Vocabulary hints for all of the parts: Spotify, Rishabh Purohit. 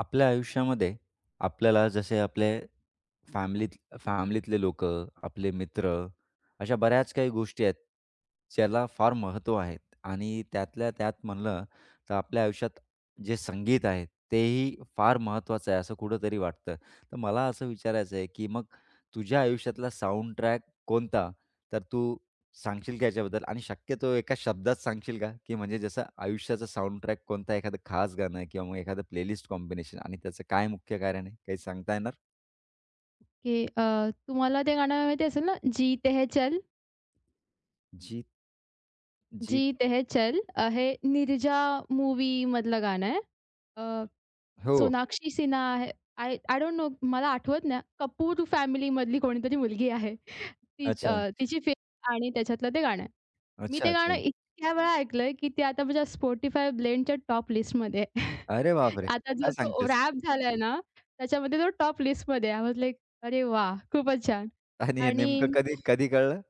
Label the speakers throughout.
Speaker 1: आपल्या आयुष्यामध्ये आपल्याला जसे आपले फॅमिलीत फॅमिलीतले लोक, आपले मित्र अशा बऱ्याच काही गोष्टी आहेत, ज्याला फार महत्त्व आहे आणि त्यातल्या त्यात म्हणलं तर आपल्या आयुष्यात जे संगीत आहे, तेही फार महत्त्वाचं आहे असं कुठेतरी वाटतं. तर मला असं विचारायचं आहे, की मग तुझ्या आयुष्यातला साउंड ट्रॅक कोणता? तर तू सांगशील का याच्याबद्दल? आणि शक्यतो एका शब्दात सांगशील का? की म्हणजे जसं आयुष्याचा साउंडट्रॅक कोणता एखादं खास गाणं किंवा मग एखादं प्लेलिस्ट कॉम्बिनेशन आणि त्याचं काय मुख्य कारण आहे? काही सांगता येणार?
Speaker 2: की तुम्हाला ते गाणं माहिती असेल ना, जी ते चल,
Speaker 1: जी जी
Speaker 2: जी ते है चल. हे निर्जा मूव्हीमधलं गाणं आहे. अ,
Speaker 1: हो.
Speaker 2: सोनाक्षी सिन्हा आहे. आय आय डोंट नो, मला आठवत नाही. कपूर फॅमिलीमधली कोणीतरी मुलगी आहे. ती
Speaker 1: अच्छा.
Speaker 2: तिची फिल्म आणि त्याच्यातलं ते गाणं आहे. मी
Speaker 1: अच्छा,
Speaker 2: ते गाणं
Speaker 1: अच्छा.
Speaker 2: इतक्या वेळा ऐकलंय, की ते आता माझ्या Spotify ब्लेंडच्या टॉप लिस्टमध्ये आहे.
Speaker 1: अरे बापरे!
Speaker 2: आता जो
Speaker 1: काय
Speaker 2: जो
Speaker 1: सांगतेस?
Speaker 2: रॅप झालाय ना, त्याच्यामध्ये तो टॉप लिस्टमध्ये आहे. आय अरे वाह! खूपच छान.
Speaker 1: आणि हे
Speaker 2: आणि
Speaker 1: नेमकं कधी कधी कळलं?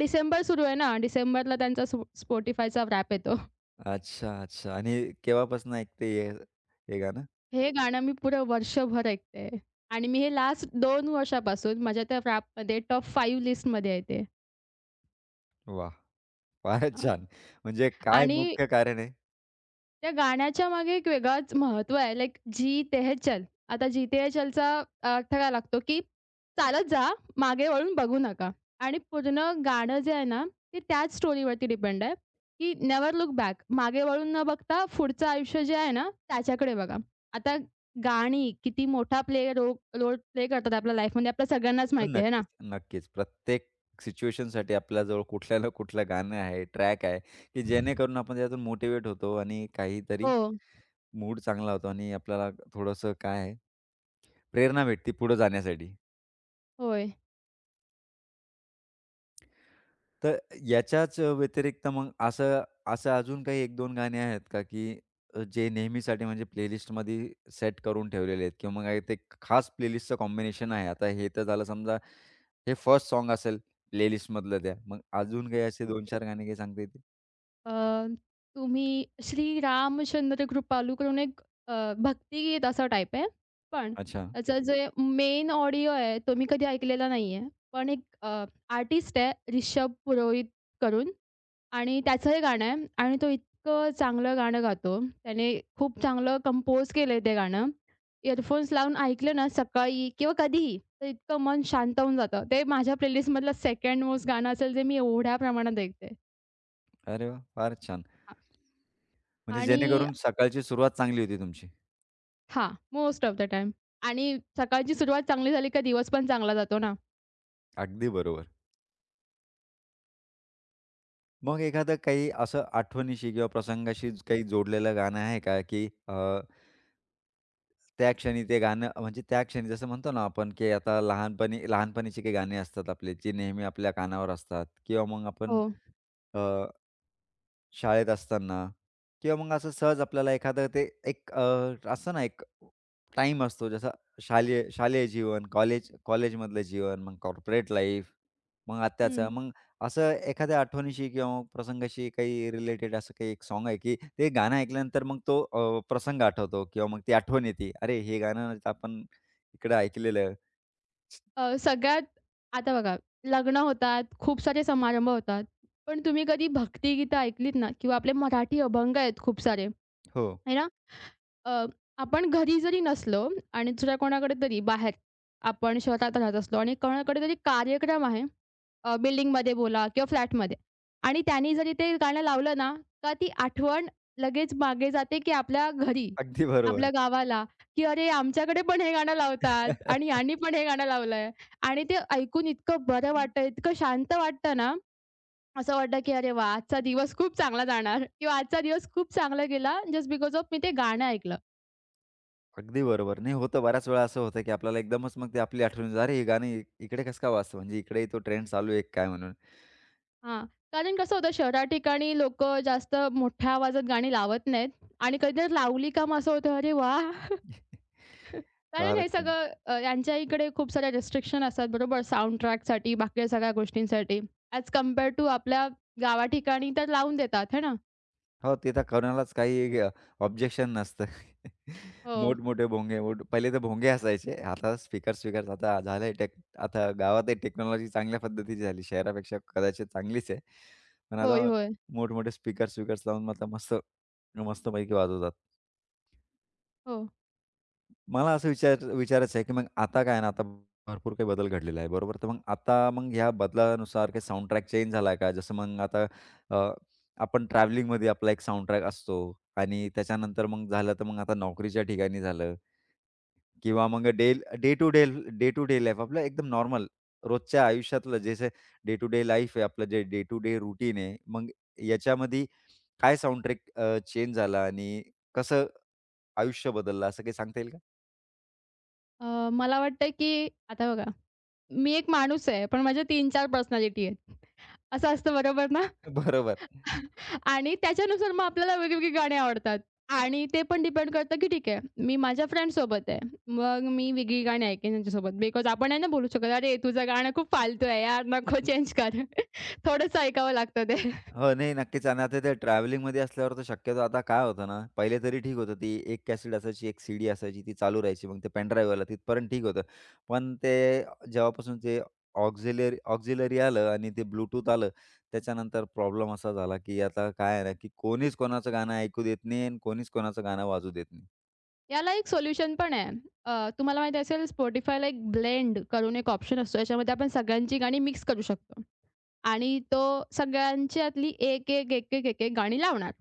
Speaker 2: डिसेंबर सुरू आहे ना, डिसेंबरला त्यांचा Spotifyचा रॅप येतो.
Speaker 1: अच्छा, अच्छा. आणि केव्हापासून ऐकते हे हे गाणं?
Speaker 2: हे गाणं मी पुरं वर्षभर ऐकते आणि मी हे लास्ट 2 वर्षापासून माझ्या त्या रॅपमध्ये टॉप 5 लिस्टमध्ये आहे ते.
Speaker 1: वाह! फारच
Speaker 2: हां.
Speaker 1: छान. म्हणजे काय
Speaker 2: आणि
Speaker 1: मुख्य कारण आहे?
Speaker 2: त्या गाण्याच्या मागे एक वेगळाच महत्त्व आहे. लाइक जी तेह चल. आता जी तेह चलचा अर्थ काय लागतो, की चालत जा, मागे वळून बघू नका आणि पूर्ण गाणं जे आहे ना, ते त्याच स्टोरीवरती डिपेंड आहे, की नेवर लुक बॅक. मागे वळून न बघता पुढचं आयुष्य जे आहे ना, त्याच्याकडे बघा. आता गाणी किती मोठा रोल प्ले करतात आपल्या लाईफमध्ये आपल्या सगळ्यांनाच माहिती आहे ना?
Speaker 1: नक्कीच, नक्कीच. प्रत्येक सिच्युएशनसाठी आपल्याजवळ कुठल्या ना कुठलं गाणं आहे, ट्रॅक आहे, की जेणेकरून आपण त्यातून मोटिव्हेट होतो आणि काहीतरी
Speaker 2: हो.
Speaker 1: मूड चांगला होतो आणि आपल्याला थोडंसं काय आहे, प्रेरणा भेटते पुढे जाण्यासाठी.
Speaker 2: होय.
Speaker 1: तर याच्याच व्यतिरिक्त मग असं असं अजून काही 1-2 गाणे आहेत का, की जे नेहमीसाठी म्हणजे प्लेलिस्टमध्ये सेट करून ठेवलेले आहेत किंवा मग काही ते खास प्लेलिस्टचं कॉम्बिनेशन आहे. आता हे तर झालं समजा हे फर्स्ट सॉन्ग असेल प्लेलिस्टमधलं त्या. मग अजून काही असे 2-4 गाणे काही सांगता येतील?
Speaker 2: अ, तुम्ही श्री रामचंद्र कृपालू करून एक अ, भक्तिगीत असा टाइप आहे. पण
Speaker 1: अच्छा.
Speaker 2: त्याचं जे मेन ऑडिओ आहे तो मी कधी ऐकलेला नाहीये. पण एक आर्टिस्ट आहे रिषभ पुरोहित करून आणि त्याचं हे गाणं आहे आणि तो इतकं चांगलं गाणं गातो. त्याने खूप चांगलं कंपोज केलंय ते गाणं. इयरफोन्स लावून ऐकलं ना सकाळी किंवा कधीही, तर इतकं मन शांत होऊन जातं. ते माझ्या प्लेलिस्टमधलं सेकंड मोस्ट गाणं असेल जे मी एवढ्या प्रमाणात ऐकते.
Speaker 1: अरे वाह! फार छान.
Speaker 2: हां.
Speaker 1: म्हणजे
Speaker 2: आणि
Speaker 1: जेणेकरून सकाळची सुरुवात चांगली होती तुमची.
Speaker 2: हां, मोस्ट ऑफ द टाईम आणि सकाळची सुरुवात चांगली झाली का दिवस पण चांगला जातो ना.
Speaker 1: अगदी बरोबर. मग एखादं काही असं आठवणीशी किंवा प्रसंगाशी काही जोडलेलं गाणं आहे का, की त्या क्षणी ते गाणं म्हणजे त्या क्षणी जसं म्हणतो ना आपण, की आता लहानपणीचे काही गाणे असतात आपले, जे नेहमी आपल्या कानावर असतात किंवा मग
Speaker 2: हो.
Speaker 1: आपण शाळेत असताना किंवा मग असं सहज आपल्याला एखादं ते एक असं ना एक टाईम असतो जसा शालेय शालेय जीवन, कॉलेजमधलं जीवन, मग कॉर्पोरेट लाईफ, मग आत्ताचं.
Speaker 2: हं.
Speaker 1: मग असं एखाद्या आठवणीशी किंवा मग प्रसंगाशी काही रिलेटेड असं काही एक सॉन्ग आहे, की ते गाणं ऐकल्यानंतर मग तो प्रसंग आठवतो किंवा मग ती आठवण येते. अरे, हे गाणं आपण इकडं ऐकलेलं.
Speaker 2: सगळ्यात आता बघा लग्न होतात, खूप सारे समारंभ होतात. पण तुम्ही कधी भक्तिगीतं ऐकलीत ना किंवा आपले मराठी अभंग आहेत खूप सारे,
Speaker 1: हो,
Speaker 2: आहे ना. अ, आपण घरी जरी नसलो आणि दुसऱ्या कोणाकडे तरी बाहेर आपण शहरात राहत असलो आणि कोणाकडे तरी कार्यक्रम आहे, बिल्डिंगमध्ये बोला किंवा फ्लॅटमध्ये आणि त्यानी जरी ते गाणं लावलं ना, का ती आठवण लगेच मागे जाते, की आपल्या घरी,
Speaker 1: अगदी
Speaker 2: आपल्या
Speaker 1: बरोबर.
Speaker 2: गावाला, की "अरे, आमच्याकडे पण हे गाणं लावतात आणि यांनी पण हे गाणं लावलंय." आणि ते ऐकून इतकं बरं वाटतं, इतकं शांत वाटतं ना, असं वाटतं, की "अरे वाह! आजचा दिवस खूप चांगला जाणार किंवा आजचा दिवस खूप चांगला गेला जस्ट बिकॉज ऑफ मी ते गाणं ऐकलं."
Speaker 1: अगदी बरोबर. नाही होतं बऱ्याच वेळा असं होतं, की आपल्याला एकदमच मग ते आपली आठवण येते, "अरे हे गाणं इकडे कसं काय वाजतं? म्हणजे इकडेही तो ट्रेंड चालू आहे काय?" म्हणून.
Speaker 2: हां, कारण कसं होतं शहरा ठिकाणी लोकं जास्त मोठ्या आवाजात गाणी लावत नाहीत आणि कधीतरी लावली का मग असं होतं, "अरे वाह!" कारण हे
Speaker 1: फारच छान.
Speaker 2: सगळं यांच्या इकडे खूप साऱ्या रिस्ट्रिक्शन असतात बरोबर साउंड ट्रॅकसाठी, बाकी सगळ्या गोष्टींसाठी. ॲज कंपेअर टू आपल्या गावा ठिकाणी तर लावून देतात है ना?
Speaker 1: हो, ते तर कोणालाच काही ऑब्जेक्शन नसतं.
Speaker 2: हो.
Speaker 1: मोठमोठे भोंगे, मोठ पहिले तर भोंगे असायचे. आता स्पीकर-स्पीकर्स आता झालंय टेक आता गावातही टेक्नॉलॉजी चांगल्या पद्धतीची झाली. शहरापेक्षा कदाचित चांगलीच आहे. पण
Speaker 2: होय,
Speaker 1: आता
Speaker 2: होय.
Speaker 1: मोठमोठे स्पीकर-स्पीकर्स लावून मग आता मस्तपैकी वाजवतात.
Speaker 2: हो.
Speaker 1: मला असं विचारायचं आहे, की मग आता काय आहे ना, आता भरपूर काही बदल घडलेला आहे, बरोबर? तर मग आता मग ह्या बदलानुसार काही साउंड ट्रॅक चेंज झाला का? जसं मग आता अ, आपण ट्रॅव्हलिंगमध्ये आपला एक साउंड ट्रॅक असतो आणि त्याच्यानंतर मग झालं तर मग आता नोकरीच्या ठिकाणी झालं किंवा मग day day to day day to day life आपलं एकदम नॉर्मल रोजच्या आयुष्यातलं जसं डे टू डे लाईफ आहे, आपलं जे डे टू डे रूटीन आहे, मग याच्यामध्ये काय साउंड ट्रॅक चेंज झाला आणि कसं आयुष्य बदललं असं काही सांगता येईल का?
Speaker 2: मला वाटतं की आता बघा, मी एक माणूस आहे, पण माझ्या तीन-चार पर्सनॅलिटी आहेत. असं असतं बरोबर ना?
Speaker 1: बरोबर.
Speaker 2: आणि त्याच्यानुसार मग आपल्याला वेगवेगळी गाणी आवडतात. आणि ते पण डिपेंड करतं, की ठीक आहे, मी माझ्या फ्रेंड्ससोबत आहे. मग मी वेगळी गाणी ऐकेन त्यांच्यासोबत. बिकॉज आपण नाही ना बोलू शकत, "अरे, तुझं गाणं खूप फालतू आहे यार, नको चेंज कर." थोडंसं ऐकावं लागतं ते.
Speaker 1: हो, नाही नक्कीच आणि आता ते ट्रॅव्हलिंगमध्ये असल्यावर तर शक्यतो आता काय होतं ना, पहिले तरी ठीक होतं ती एक कॅसेट असायची, एक सीडी असायची ती चालू राहायची. मग ते पेनड्राईव्हवाला तिथपर्यंत ठीक होतं. पण ते जेव्हापासून ते ऑक्झिलरी ऑक्झिलरी आलं आणि ते ब्लूटूथ आलं, त्याच्यानंतर प्रॉब्लेम असा झाला, की आता काय आहे ना, की कोणीच कोणाचं गाणं ऐकू देत नाही आणि कोणीच कोणाचं गाणं वाजू देत नाही.
Speaker 2: याला एक सोल्युशन पण आहे. अ, तुम्हाला माहिती असेल Spotifyला एक ब्लेंड करून एक ऑप्शन असतो. याच्यामध्ये आपण सगळ्यांची गाणी मिक्स करू शकतो. आणि तो सगळ्यांच्यातली एक, एक, एक, एक, एक, एक गाणी लावणार.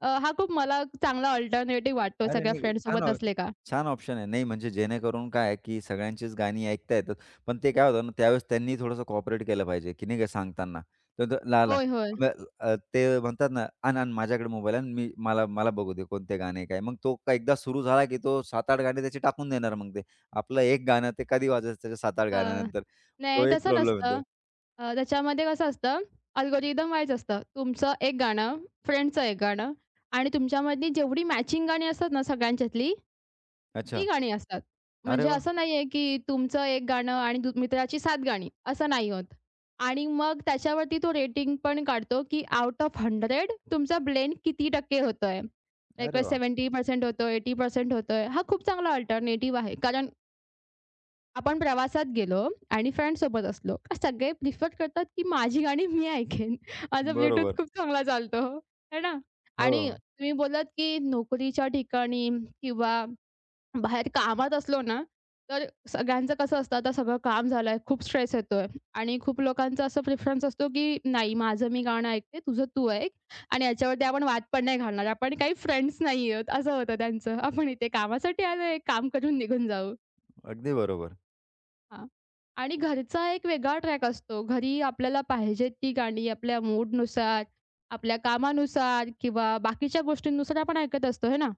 Speaker 2: हा खूप मला चांगला अल्टरनेटिव्ह वाटतो
Speaker 1: अरे
Speaker 2: सगळ्या
Speaker 1: नाही,
Speaker 2: फ्रेंड्ससोबत असले का.
Speaker 1: छान ऑप्शन आहे. नाही म्हणजे जेणेकरून काय आहे, की सगळ्यांचीच गाणी ऐकता येतात. पण ते काय होतं ना, त्यावेळेस त्यांनी थोडंसं कोऑपरेट केलं पाहिजे, की नाही का सांगताना. तर तो
Speaker 2: होय, होय.
Speaker 1: अ, ते म्हणतात ना, "आण, आण माझ्याकडे मोबाईल आण, मी मला मला बघू दे कोणते गाणे काय." मग तो का एकदा सुरू झाला, की तो 7-8 गाणे त्याचे टाकून देणार मग ते. आपलं एक गाणं ते कधी वाजायचं त्याच्या 7-8
Speaker 2: अ,
Speaker 1: गाण्यांनंतर. तो
Speaker 2: नाही
Speaker 1: एक
Speaker 2: तसं
Speaker 1: प्रॉब्लेम
Speaker 2: नसतं.
Speaker 1: येतो.
Speaker 2: त्याच्यामध्ये कसं असतं, अल्गोरिदम वाईज असतं. तुमचं एक गाणं, फ्रेंडचं एक गाणं आणि तुमच्यामधली जेवढी मॅचिंग गाणी असतात ना सगळ्यांच्यातली, ती
Speaker 1: अच्छा.
Speaker 2: गाणी असतात.
Speaker 1: अरे
Speaker 2: म्हणजे
Speaker 1: वाह!
Speaker 2: असं नाहीये, की तुमचं एक गाणं आणि मित्राची 7 गाणी, असं नाही होत. आणि मग त्याच्यावरती तो रेटिंग पण काढतो, की आउट ऑफ 100 तुमचा ब्लेंड किती टक्के होतोय. लाइक
Speaker 1: अरे वाह!
Speaker 2: 70% होतोय, 80% होतोय. हा खूप चांगला अल्टरनेटिव्ह आहे. कारण आपण प्रवासात गेलो आणि फ्रेंड्ससोबत असलो, का सगळे प्रिफर करतात, की माझी गाणी मी ऐकेन. माझा ब्लूटूथ
Speaker 1: बरोबर.
Speaker 2: खूप चांगला चालतो, है ना?
Speaker 1: हो,
Speaker 2: आणि
Speaker 1: हो.
Speaker 2: तुम्ही बोललात, की नोकरीच्या ठिकाणी किंवा बाहेर कामात असलो ना, तर सगळ्यांचं कसं असतं, आता सगळं काम झालंय, खूप स्ट्रेस येतोय आणि खूप लोकांचा असा प्रिफरन्स असतो, की नाही माझं मी गाणं ऐकते, तुझं तू ऐक आणि याच्यावरती आपण वाद पण नाही घालणार. आपण काही फ्रेंड्स नाही आहोत, असं होतं त्यांचं. आपण इथे कामासाठी आलोय, काम करून निघून जाऊ.
Speaker 1: अगदी बरोबर.
Speaker 2: हां. आणि घरचा एक वेगळा ट्रॅक असतो. घरी आपल्याला पाहिजे ती गाणी आपल्या मूडनुसार, आपल्या कामानुसार किंवा बाकीच्या गोष्टींनुसार आपण ऐकत असतो, हे ना?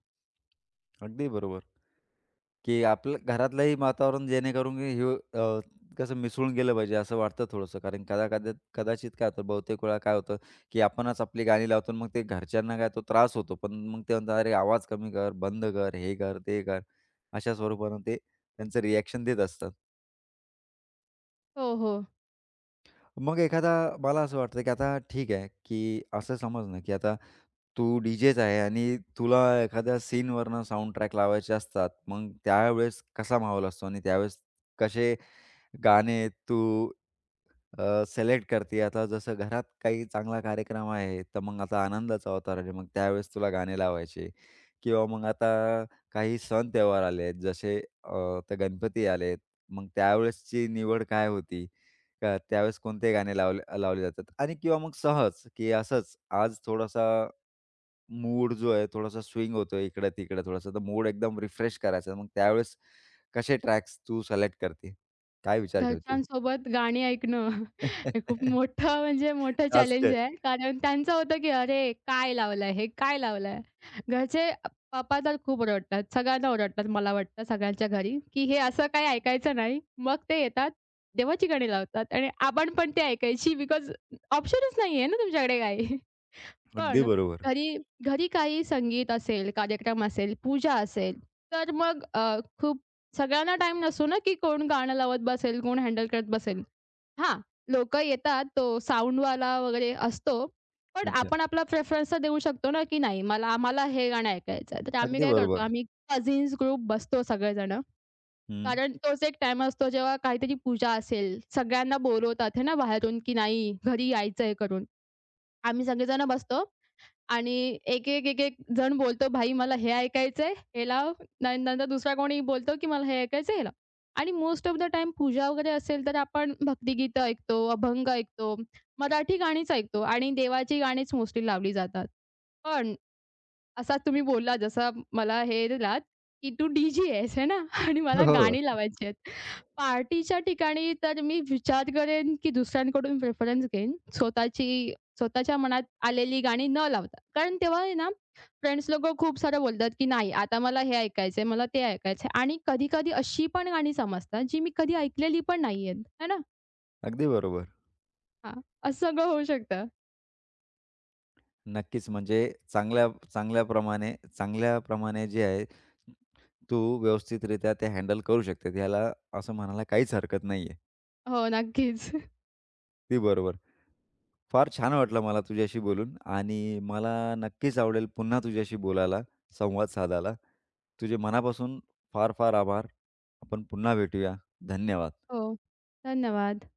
Speaker 1: अगदी बरोबर. की आपलं घरातलंही वातावरण जेणेकरून की हे अ, कसं मिसळून गेलं पाहिजे असं वाटतं थोडंसं. कारण कदा कदा कदाचित काय होतं बहुतेक वेळा काय होतं, की आपणच आपली गाणी लावतो आणि मग ते घरच्यांना काय तो त्रास होतो. पण मग ते म्हणतात, "अरे आवाज कमी कर, बंद कर, हे कर, ते कर." अशा स्वरूपानं ते त्यांचं रिएक्शन देत असतात.
Speaker 2: हो, हो.
Speaker 1: मग एखादा मला असं वाटतं, की आता ठीक आहे, की असं समज ना, की आता तू डीजेच आहे आणि तुला एखाद्या सीनवरनं साउंडट्रॅक लावायचे असतात. मग त्यावेळेस कसा माहोल असतो आणि त्यावेळेस कसे गाणे तू सिलेक्ट करते. आता जसं घरात काही चांगला कार्यक्रम आहे, तर मग आता आनंदाचा अवतार आहे. मग त्यावेळेस तुला गाणे लावायचे किंवा मग आता काही सण-त्योहार आले आहेत, जसे आता गणपती आलेत. मग त्यावेळेसची निवड काय होती? का त्यावेळेस कोणते गाणे लावले लावले जातात आणि किंवा मग सहज, की असंच आज थोडासा मूड जो आहे, थोडासा स्विंग होतोय इकडं-तिकडं थोडासा, तर मूड एकदम रिफ्रेश करायचा. मग त्यावेळेस कसे ट्रॅक्स तू सिलेक्ट करते? काय विचार ठेवते?
Speaker 2: घरच्यांसोबत गाणी ऐकणं हे खूप मोठं म्हणजे मोठं
Speaker 1: आज
Speaker 2: चॅलेंज
Speaker 1: काय?
Speaker 2: आहे. कारण त्यांचं होतं, की "अरे काय लावलंय? हे काय लावलंय?" घरचे पप्पा तर खूप ओरडतात. सगळ्यांना ओरडतात मला वाटतं सगळ्यांच्या घरी, की "हे असं काही ऐकायचं नाही." मग ते येतात, देवाची गाणी लावतात आणि आपण पण ते ऐकायची बिकॉज ऑप्शनच नाहीये ना तुमच्याकडे काही.
Speaker 1: अगदी
Speaker 2: पण
Speaker 1: बरोबर.
Speaker 2: घरी घरी काही संगीत असेल, कार्यक्रम असेल, पूजा असेल, तर मग खूप सगळ्यांना टाईम नसतो ना, की कोण गाणं लावत बसेल, कोण हँडल करत बसेल. हां, लोकं येतात, तो साउंडवाला वगैरे असतो. पण
Speaker 1: अच्छा.
Speaker 2: आपण आपला प्रेफरन्स तर देऊ शकतो ना, की नाही मला आम्हाला हे गाणं ऐकायचं आहे. तर आम्ही
Speaker 1: अगदी
Speaker 2: काय करतो,
Speaker 1: बरोबर.
Speaker 2: आम्ही कझिन्स ग्रुप बसतो सगळेजण.
Speaker 1: हं.
Speaker 2: कारण तोच एक टाईम असतो जेव्हा काहीतरी पूजा असेल, सगळ्यांना बोलवतात आहे ना बाहेरून, की नाही घरी यायचं आहे करून. आम्ही सगळेजण बसतो आणि एक, एक, एक, एक जण बोलतो, "भाई मला हे ऐकायचंय, हे लाव." नंतर दुसरा कोणी बोलतो, की "मला हे ऐकायचंय, हे लाव." आणि मोस्ट ऑफ द टाईम पूजा वगैरे असेल तर आपण भक्तिगीतं ऐकतो, अभंग ऐकतो, मराठी गाणीच ऐकतो आणि देवाची गाणीच मोस्टली लावली जातात. पण असा तुम्ही बोललात जसा मला हे दिलात, की तू डी-जे आहेस आहे ना आणि
Speaker 1: हो,
Speaker 2: मला
Speaker 1: हो.
Speaker 2: गाणी लावायची आहेत. पार्टीच्या ठिकाणी तर मी विचार करेन, की दुसऱ्यांकडून प्रेफरन्स घेईन. स्वतःच्या मनात आलेली गाणी न लावता. कारण तेव्हा आहे ना, फ्रेंड्स लोकं खूप सारं बोलतात, की "नाही, आता मला हे ऐकायचंय, मला ते ऐकायचंय" आणि कधी-कधी अशी पण गाणी समजतात, जी मी कधी ऐकलेली पण नाहीयेत, आहे ना?
Speaker 1: अगदी बरोबर.
Speaker 2: हां, असं सगळं होऊ शकतं.
Speaker 1: नक्कीच. म्हणजे चांगल्या चांगल्याप्रमाणे जे आहे, तू व्यवस्थितरित्या ते हँडल करू शकते. याला असं म्हणायला काहीच हरकत नाहीये.
Speaker 2: हो, नक्कीच.
Speaker 1: अगदी बरोबर. फार छान वाटलं मला तुझ्याशी बोलून आणि मला नक्कीच आवडेल पुन्हा तुझ्याशी बोलायला, संवाद साधायला. तुझे मनापासून फार फार आभार. आपण पुन्हा भेटूया. धन्यवाद.
Speaker 2: हो, धन्यवाद.